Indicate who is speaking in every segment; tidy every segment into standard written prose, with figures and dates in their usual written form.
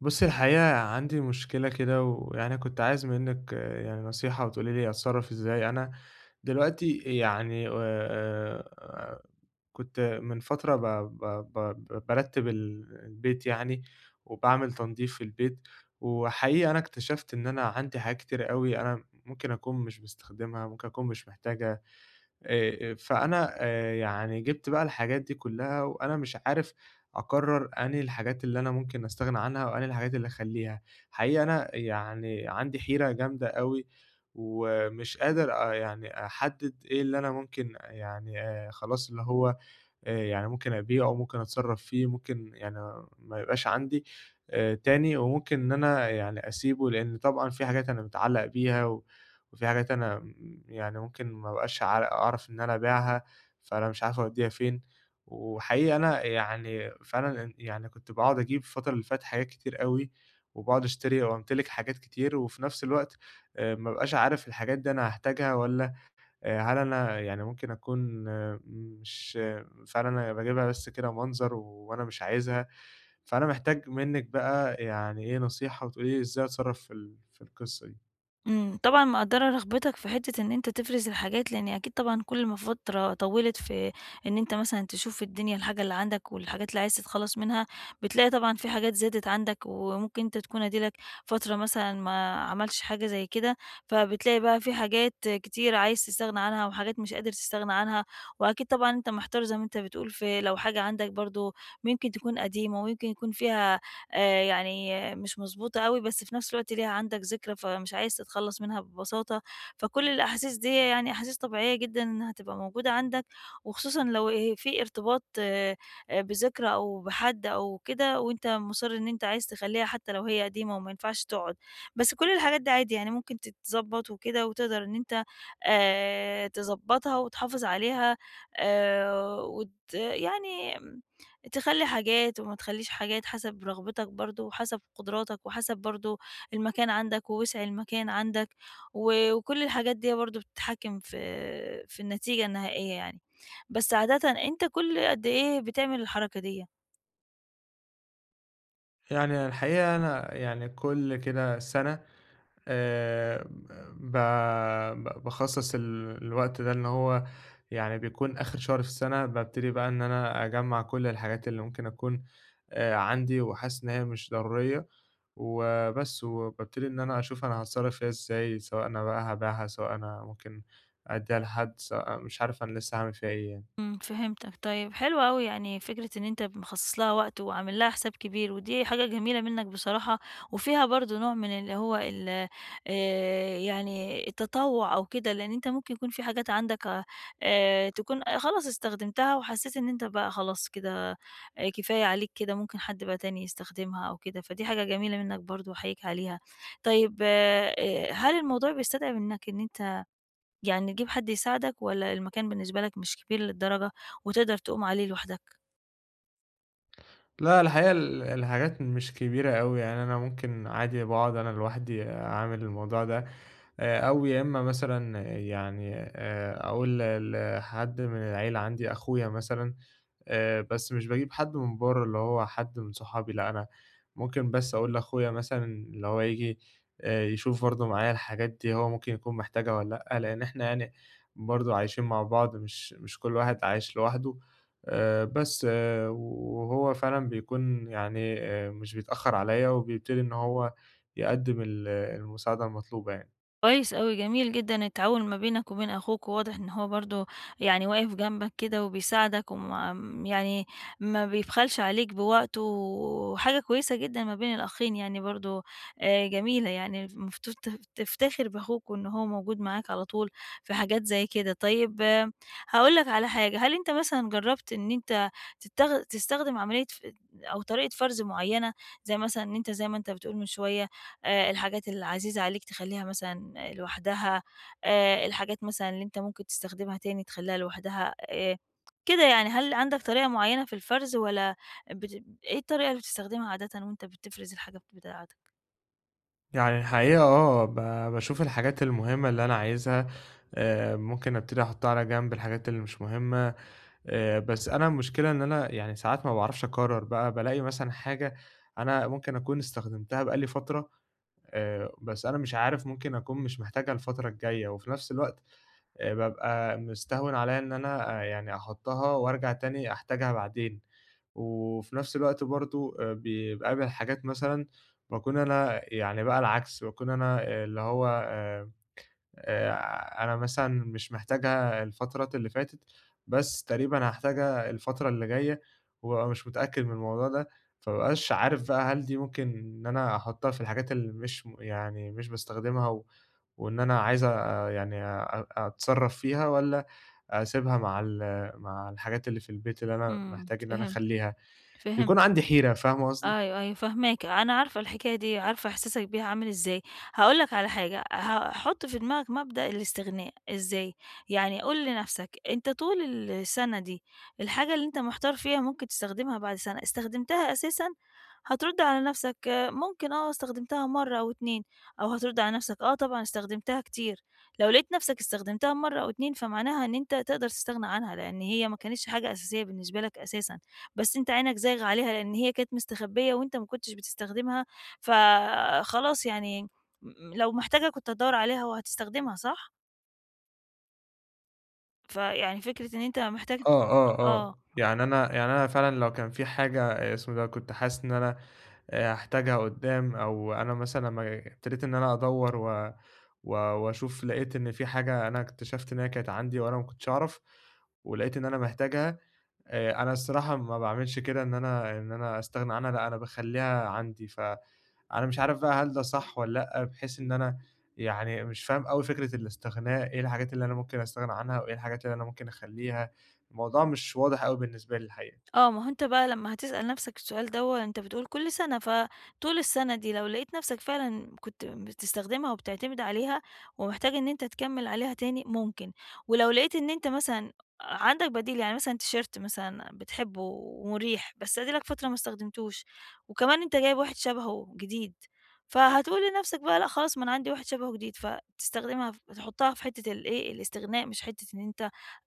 Speaker 1: بُصّي الحقيقة عندي مشكلة كده، ويعني كنت عايز منِّك آه، يعني نصيحة وتقولي لي أتصرّف إزاي. أنا دلوقتي يعني كنت من فترة ب ب ب ب بارتّب البيت يعني، وباعمل تنضيف في البيت، وحقيقي أنا اكتشفت إن أنا عندي حاجات كتير أوي أنا ممكن أكون مش باستخدمها، ممكن أكون مش محتاجها. فأنا يعني جِبت بقى الحاجات دي كلّها وأنا مش عارف أقرّر أنهي الحاجات اللي أنا ممكن أستغنى عنها وأنهي الحاجات اللي أخلّيها، حقيقي أنا يعني عندي حيرة جامدة أوي، ومش قادر يعني أحدّد إيه اللي أنا ممكن يعني خلاص اللي هو يعني ممكن أبيعه، ممكن أتصرّف فيه، ممكن يعني ما يبقاش عندي تاني، وممكن إن أنا يعني أسيبه، لإن طبعًا في حاجات أنا متعلّق بيها وفي حاجات أنا يعني ممكن ما أبقاش أعرف إن أنا أبيعها، فأنا مش عارف أودّيها فين. وحقيقي أنا يعني فعلًا إن يعني كنت باقعد أجيب الفترة اللي فاتت حاجات كتير أوي، وباقعد أشتري وأمتلك حاجات كتير، وفي نفس الوقت ما أبقاش عارف الحاجات دي أنا هاحتاجها والّا هل أنا يعني ممكن أكون آه، مش آه، فعلًا أنا باجيبها بس كده منظر وأنا مش عايزها، فأنا محتاج منِّك بقى يعني إيه نصيحة وتقولي لي إزاي أتصرّف في في القصة دي.
Speaker 2: طبعًا مقدّرة رغبتك في حتّة إن أنت تفرز الحاجات، لإن أكيد طبعًا كل ما فترة طوّلت في إن أنت مثلًا تشوف في الدنيا الحاجة اللي عندك والحاجات اللي عايز تتخلّص منها، بتلاقي طبعًا في حاجات زادت عندك، وممكن أنت تكون أديلك فترة مثلًا ما عملش حاجة زي كده، فبتلاقي بقى في حاجات كتير عايز تستغنى عنها وحاجات مش قادر تستغنى عنها، وأكيد طبعًا أنت محتار زي ما أنت بتقول في لو حاجة عندك برضه ممكن تكون قديمة ويمكن يكون فيها يعني مش مضبوطة أوي، بس في نفس الوقت ليها عندك ذكرى، فمش عايز تتخلّص منها ببساطة. فكل الأحاسيس دي يعني أحاسيس طبيعية جدًا إنها تبقى موجودة عندك، وخصوصًا لو في ارتباط بذكرى أو بحد أو كده، وأنت مُصِر إن أنت عايز تخلّيها حتى لو هي قديمة وما ينفعش تقعد. بس كل الحاجات دي عادي يعني ممكن تتضبّط وكده، وتقدر إن أنت تضبّطها وتحافظ عليها وت يعني تخلّي حاجات وما تخلّيش حاجات، حسب رغبتك برضه، وحسب قدراتك، وحسب برضه المكان عندك، ووسع المكان عندك، وكل الحاجات ديّة برضه بتتحكم في النتيجة النهائية يعني. بس عادةً أنت كل قد إيه بتعمل الحركة ديّة؟
Speaker 1: يعني الحقيقة أنا يعني كل كده سَنة آآ ب ب باخصّص الوقت ده إن هو يعني بيكون آخر شهر في السَنة، بابتدي بقى إن أنا أجمّع كل الحاجات اللي ممكن أكون عندي وحاسس إن هي مش ضرورية وبس، وبابتدي إن أنا أشوف أنا هاتصرّف فيها إزاي، سواء أنا بقى هابيعها، سواء أنا ممكن أدّيها لحد، سواء مش عارف أنا لسّه هاعمل فيها إيه يعني.
Speaker 2: فهمتك. طيب حلو أوي يعني فكرة إن أنت مخصص لها وقت وعامل لها حساب كبير، ودي حاجة جميلة منك بصراحة، وفيها برضه نوع من اللي هو ال يعني التطوع أو كده، لأن أنت ممكن يكون في حاجات عندك تكون خلاص استخدمتها وحسيت إن أنت بقى خلاص كده كفاية عليك كده، ممكن حد بقى تاني يستخدمها أو كده، فدي حاجة جميلة منك برضه وأحييك عليها. طيب هل الموضوع بيستدعي منك إن أنت يعني تجيب حد يساعدك والّا المكان بالنسبة لك مش كبير للدرجة وتقدر تقوم عليه لوحدك؟
Speaker 1: لا الحقيقة الحاجات مش كبيرة أوي، يعني أنا ممكن عادي باقعد أنا لوحدي أعمل الموضوع ده، أو يا إمّا مثلًا يعني أقول لحد من العيلة عندي، أخويا مثلًا. بس مش باجيب حد من برّه، اللي هو حد من صحابي لأ، أنا ممكن بس أقول لأخويا مثلًا اللي هو ييجي يشوف برضه معايا الحاجات دي هو ممكن يكون محتاجها والّا لأ، لإن إحنا يعني برضه عايشين مع بعض، مش كل واحد عايش لوحده، بس آه، وهو فعلًا بيكون يعني مش بيتأخّر عليّا وبيبتدي إن هو يقدّم المساعدة المطلوبة يعني.
Speaker 2: كويس أوي، جميل جدًا التعاون ما بينك وبين أخوك، وواضح إن هو برضه يعني واقف جنبك كده وبيساعدك وما يعني ما بيبخلش عليك بوقته، وحاجة كويسة جدًا ما بين الأخين يعني برضه جميلة يعني المفروض تفتخر بأخوك وإن هو موجود معاك على طول في حاجات زي كده. طيب هاقول لك على حاجة، هل أنت مثلًا جرّبت إن أنت تستخدم عملية أو طريقة فرز معيّنة، زي مثلًا إن أنت زي ما أنت بتقول من شوية الحاجات العزيزة عليك تخلّيها مثلًا لوحدها، الحاجات مثلًا اللي أنت ممكن تستخدمها تاني تخلّيها لوحدها، كده يعني. هل عندك طريقة معيّنة في الفرز والّا إيه الطريقة اللي بتستخدمها عادةً وأنت بتفرز الحاجة بتاعتك؟
Speaker 1: يعني الحقيقة آه، باشوف الحاجات المهمة اللي أنا عايزها ممكن أبتدي أحطها على جنب، الحاجات اللي مش مهمة، بس أنا المشكلة إن أنا يعني ساعات ما باعرفش أقرر بقى، بالاقي مثلًا حاجة أنا ممكن أكون استخدمتها بقى لي فترة، بس أنا مش عارف ممكن أكون مش محتاجها الفترة الجاية، وفي نفس الوقت بابقى مستهون عليَّ إن أنا يعني أحطها وأرجع تاني أحتاجها بعدين، وفي نفس الوقت برضه بيقابل حاجات مثلًا باكون أنا يعني بقى العكس، باكون أنا آه، اللي هو أنا مثلًا مش محتاجها الفترات اللي فاتت، بس تقريبًا هاحتاجها الفترة اللي جاية، وبابقى مش متأكد من الموضوع ده، فما بابقاش عارف بقى هل دي ممكن إن أنا أحطها في الحاجات اللي مش يعني مش باستخدمها، وإن أنا عايز يعني أتصرّف فيها والّا أسيبها مع مع الحاجات اللي في البيت اللي أنا محتاج إن أنا
Speaker 2: فهمت،
Speaker 1: أخلّيها، بيكون
Speaker 2: فهمت.
Speaker 1: عندي حيرة. فاهمة قصدي؟
Speaker 2: أيوه، أيوه فاهماك، أنا عارفة الحكاية دي، عارفة إحساسك بيها عامل إزاي. هاقول لك على حاجة، حُط في دماغك مبدأ الاستغناء، إزاي؟ يعني قُل لنفسك: أنت طول السنة دي الحاجة اللي أنت محتار فيها ممكن تستخدمها بعد سنة، استخدمتها أساسًا؟ هترُد على نفسك آه، ممكن، آه، استخدمتها مرة أو 2، أو هترُد على نفسك آه طبعًا استخدمتها كتير. لو لقيت نفسك استخدمتها مرة أو 2 فمعناها إن أنت تقدر تستغنى عنها، لإن هي ما كانتش حاجة أساسية بالنسبة لك أساسًا. بس أنت عينك زايغة عليها، لإن هي كانت مستخبية وأنت ما كنتش بتستخدمها، فخلاص يعني، لو محتاجها كنت هتدوّر عليها وهتستخدمها، صح؟ فيعني فكرة إن أنت محتاج.
Speaker 1: آه، آه،
Speaker 2: آه.
Speaker 1: آه. يعني أنا يعني أنا فعلًا لو كان في حاجة آه، اسمه ده كنت حاسس إن أنا هاحتاجها قدّام أو أنا مثلًا لمّا ابتديت إن أنا أدوّر و و وأشوف لقيت إن في حاجة أنا اكتشفت إن هي كانت عندي وأنا ما كنتش أعرف، ولقيت إن أنا محتاجها. أنا الصراحة ما باعملش كده إن أنا إن أنا أستغنى عنها، لأ أنا باخلّيها عندي، فأنا مش عارف بقى هل ده صح والّا لأ، بحيث إن أنا يعني مش فاهم أوي فكرة الاستغناء، إيه الحاجات اللي أنا ممكن أستغنى عنها وإيه الحاجات اللي أنا ممكن أخلّيها، الموضوع مش واضح أوي بالنسبة لي الحقيقة.
Speaker 2: آه، ما هو أنت بقى لمّا هتسأل نَفْسك السؤال دوّة، أنت بتقول كل سَنة، فطول السَنة دي لو لقيت نَفْسك فعلًا كنت بتستخدمها وبتعتمد عليها ومحتاج إن أنت تكمّل عليها تاني، ممكن. ولو لقيت إن أنت مثلًا عندك بديل، يعني مثلًا تيشيرت مثلًا بتحبه ومُريح، بس أدي لك فترة ما استخدمتوش، وكمان أنت جايب واحد شبهه جديد، فهتقول لنَفْسك بقى: لأ خلاص، ما أنا عندي واحد شبهه جديد، فتستخدمها تحطها في حتّة الإيه، الاستغناء، مش حتّة إن أنت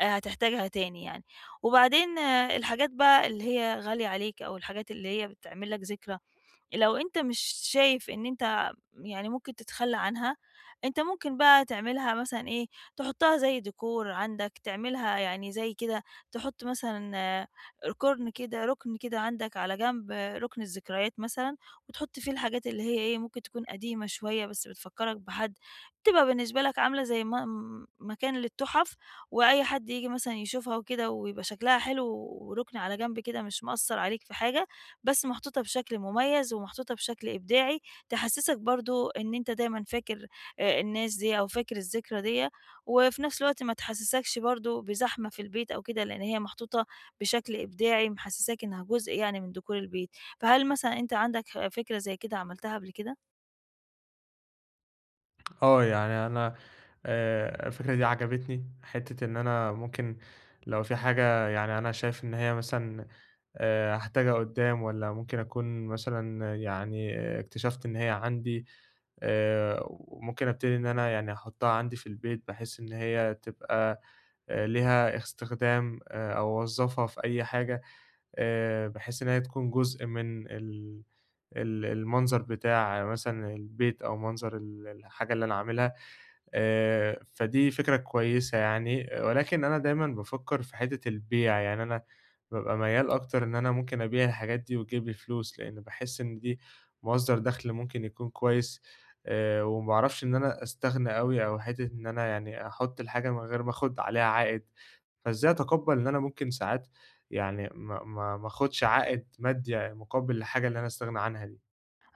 Speaker 2: هتحتاجها تاني يعني. وبعدين آه، الحاجات بقى اللي هي غالية عليك أو الحاجات اللي هي بتعمل لك ذكرى، لو أنت مش شايف إن أنت يعني ممكن تتخلّى عنها، أنت ممكن بقى تعملها مثلًا إيه، تحطّها زي ديكور عندك، تعملها يعني زي كده، تحُط مثلًا آه، ركن كده، رُكن كده عندك على جنب، آه، رُكن الذكريات مثلًا، وتحُط فيه الحاجات اللي هي إيه، ممكن تكون قديمة شوية بس بتفكّرك بحد، تبقى بالنسبة لك عاملة زي ما م مكان للتُحَف، وأي حد ييجي مثلًا يشوفها وكده ويبقى شكلها حلو ورُكن على جنب كده مش مأثّر عليك في حاجة، بس محطوطة بشكل مميز ومحطوطة بشكل إبداعي تحسسك برضو إن أنت دايما فاكر الناس دي أو فاكر الذكرى ديّة، وفي نفس الوقت ما تحسسكش برضو بزحمة في البيت أو كده، لإن هي محطوطة بشكل إبداعي محسساك إنها جزء يعني من ديكور البيت. فهل مثلًا أنت عندك فكرة زي كده عملتها قبل كده؟
Speaker 1: آه، يعني أنا الفكرة دي عجبتني، حتة إن أنا ممكن لو في حاجة يعني أنا شايف إن هي مثلًا هاحتاجها قدّام والّا ممكن أكون مثلًا يعني آه، اكتشفت إن هي عندي، وممكن أبتدي إن أنا يعني أحطها عندي في البيت بحيث إن هي تبقى ليها استخدام، أو أوظّفها في أي حاجة، بحيث إن هي تكون جزء من ال المنظر بتاع مثلًا البيت أو منظر الحاجة اللي أنا عاملها. فدي فكرة كويسة يعني، آه، ولكن أنا دايمًا بافكّر في حتّة البيع، يعني أنا بابقى ميّال أكتر إن أنا ممكن أبيع الحاجات دي وتجيب لي فلوس، لإن باحس إن دي مصدر دخل ممكن يكون كويس، وما باعرفش إن أنا أستغنى أوي أو حتّة إن أنا يعني أحُط الحاجة من غير ما آخُد عليها عائد، فإزاي أتقبّل إن أنا ممكن ساعات يعني ما آخُدش عائد مادي مُقابل الحاجة اللي أنا أستغنى عنها دي؟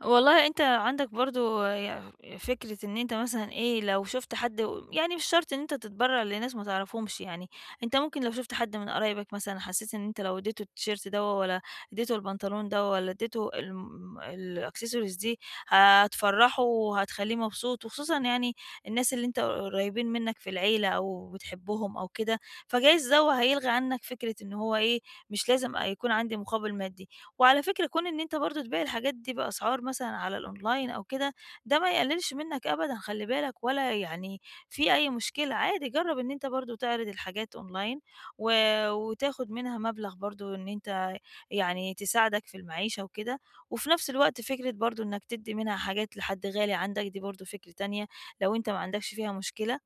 Speaker 2: والله أنت عندك برضه فكرة إن أنت مثلًا إيه، لو شُفت حد يعني مش شرط إن أنت تتبرّع لناس ما تعرفهمش يعني، أنت ممكن لو شُفت حد من قرايبك مثلًا حسّيت إن أنت لو ادّيته التيشيرت دوّة والّا ادّيته البنطلون دوّة والّا ادّيته الaccessories دي، هتفرّحه وهتخلّيه مبسوط وخصوصًا يعني الناس اللي أنت قريّبين منّك في العيلة أو بتحبّهم أو كده، فجايز دوّة هيلغي عنّك فكرة إن هو إيه، مش لازم يكون عندي مقابل مادي. وعلى فكرة كون إن أنت برضه تبيع الحاجات دي بأسعار مثلًا على الأونلاين أو كده، ده ما يقللش منك أبدًا، خلّي بالك، ولا يعني في أي مشكلة. عادي جرّب إن أنت برضه تعرض الحاجات أونلاين و وتاخد منها مبلغ برضه إن أنت يعني تساعدك في المعيشة وكده، وفي نفس الوقت فكرة برضه إنك تدّي منها حاجات لحد غالي عندك دي برضه فكرة تانية لو أنت ما عندكش فيها مشكلة،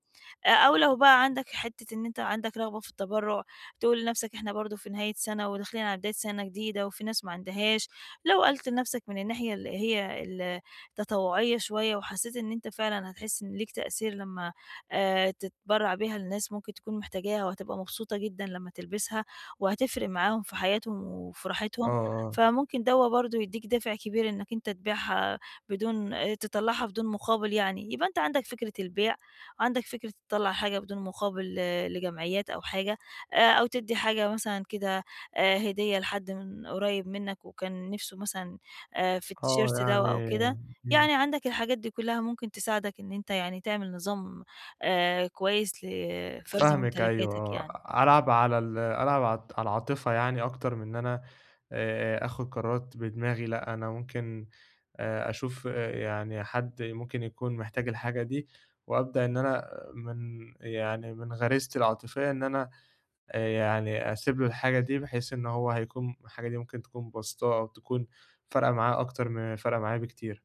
Speaker 2: أو لو بقى عندك حتّة إن أنت عندك رغبة في التبرُّع، تقول لنَفْسك إحنا برضه في نهاية سَنة وداخلين على بداية سَنة جديدة وفي ناس ما عندهاش، لو قَلت لنَفْسك من الناحية اللي هي التطوعية شوية وحسّيت إن أنت فعلًا هتحس إن ليك تأثير لمّا تتبرّع بيها لناس ممكن تكون محتاجاها وهتبقى مبسوطة جدًا لمّا تلبسها وهتفرق معاهم في حياتهم وفي
Speaker 1: آه،
Speaker 2: راحتهم،
Speaker 1: آه،
Speaker 2: فممكن دوّة برضه يدّيك دافع كبير إنّك أنت تبيعها بدون تطلّعها بدون مقابل يعني. يبقى أنت عندك فكرة البيع، عندك فكرة تطلّع حاجة بدون مقابل لجمعيات أو حاجة، أو تدّي حاجة مثلًا كده هدية لحد من قريب منّك وكان نِفْسه مثلًا في
Speaker 1: آه
Speaker 2: التيشيرت ده
Speaker 1: يعني
Speaker 2: أو كده،
Speaker 1: إمم.
Speaker 2: يعني عندك الحاجات دي كُلّها ممكن تساعدك إن أنت يعني تعمل نظام كويس لفَرز
Speaker 1: فاهمِك أيوه
Speaker 2: ممتلكاتك يعني.
Speaker 1: آه، ألعب على على العاطفة يعني أكتر من إن أنا آخُد قرارات بدماغي، لأ أنا ممكن أشوف يعني حد ممكن يكون محتاج الحاجة دي، وأبدأ إن أنا من يعني من غريزتي العاطفية إن أنا يعني أسيب له الحاجة دي، بحيث إن هو هيكون الحاجة دي ممكن تكون باسطاه أو تكون فارقة معاه أكتر ما هي فارقة معايا بكتير.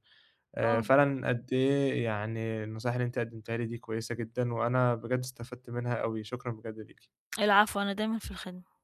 Speaker 2: آه،
Speaker 1: فعلًا قد إيه يعني النصايح اللي أنتِ قدمتيها لي دي كويسة جدًا، وأنا بجد استفدت منها أوي، شكرًا بجد ليكِ.
Speaker 2: العفو، أنا دايمًا في الخدمة.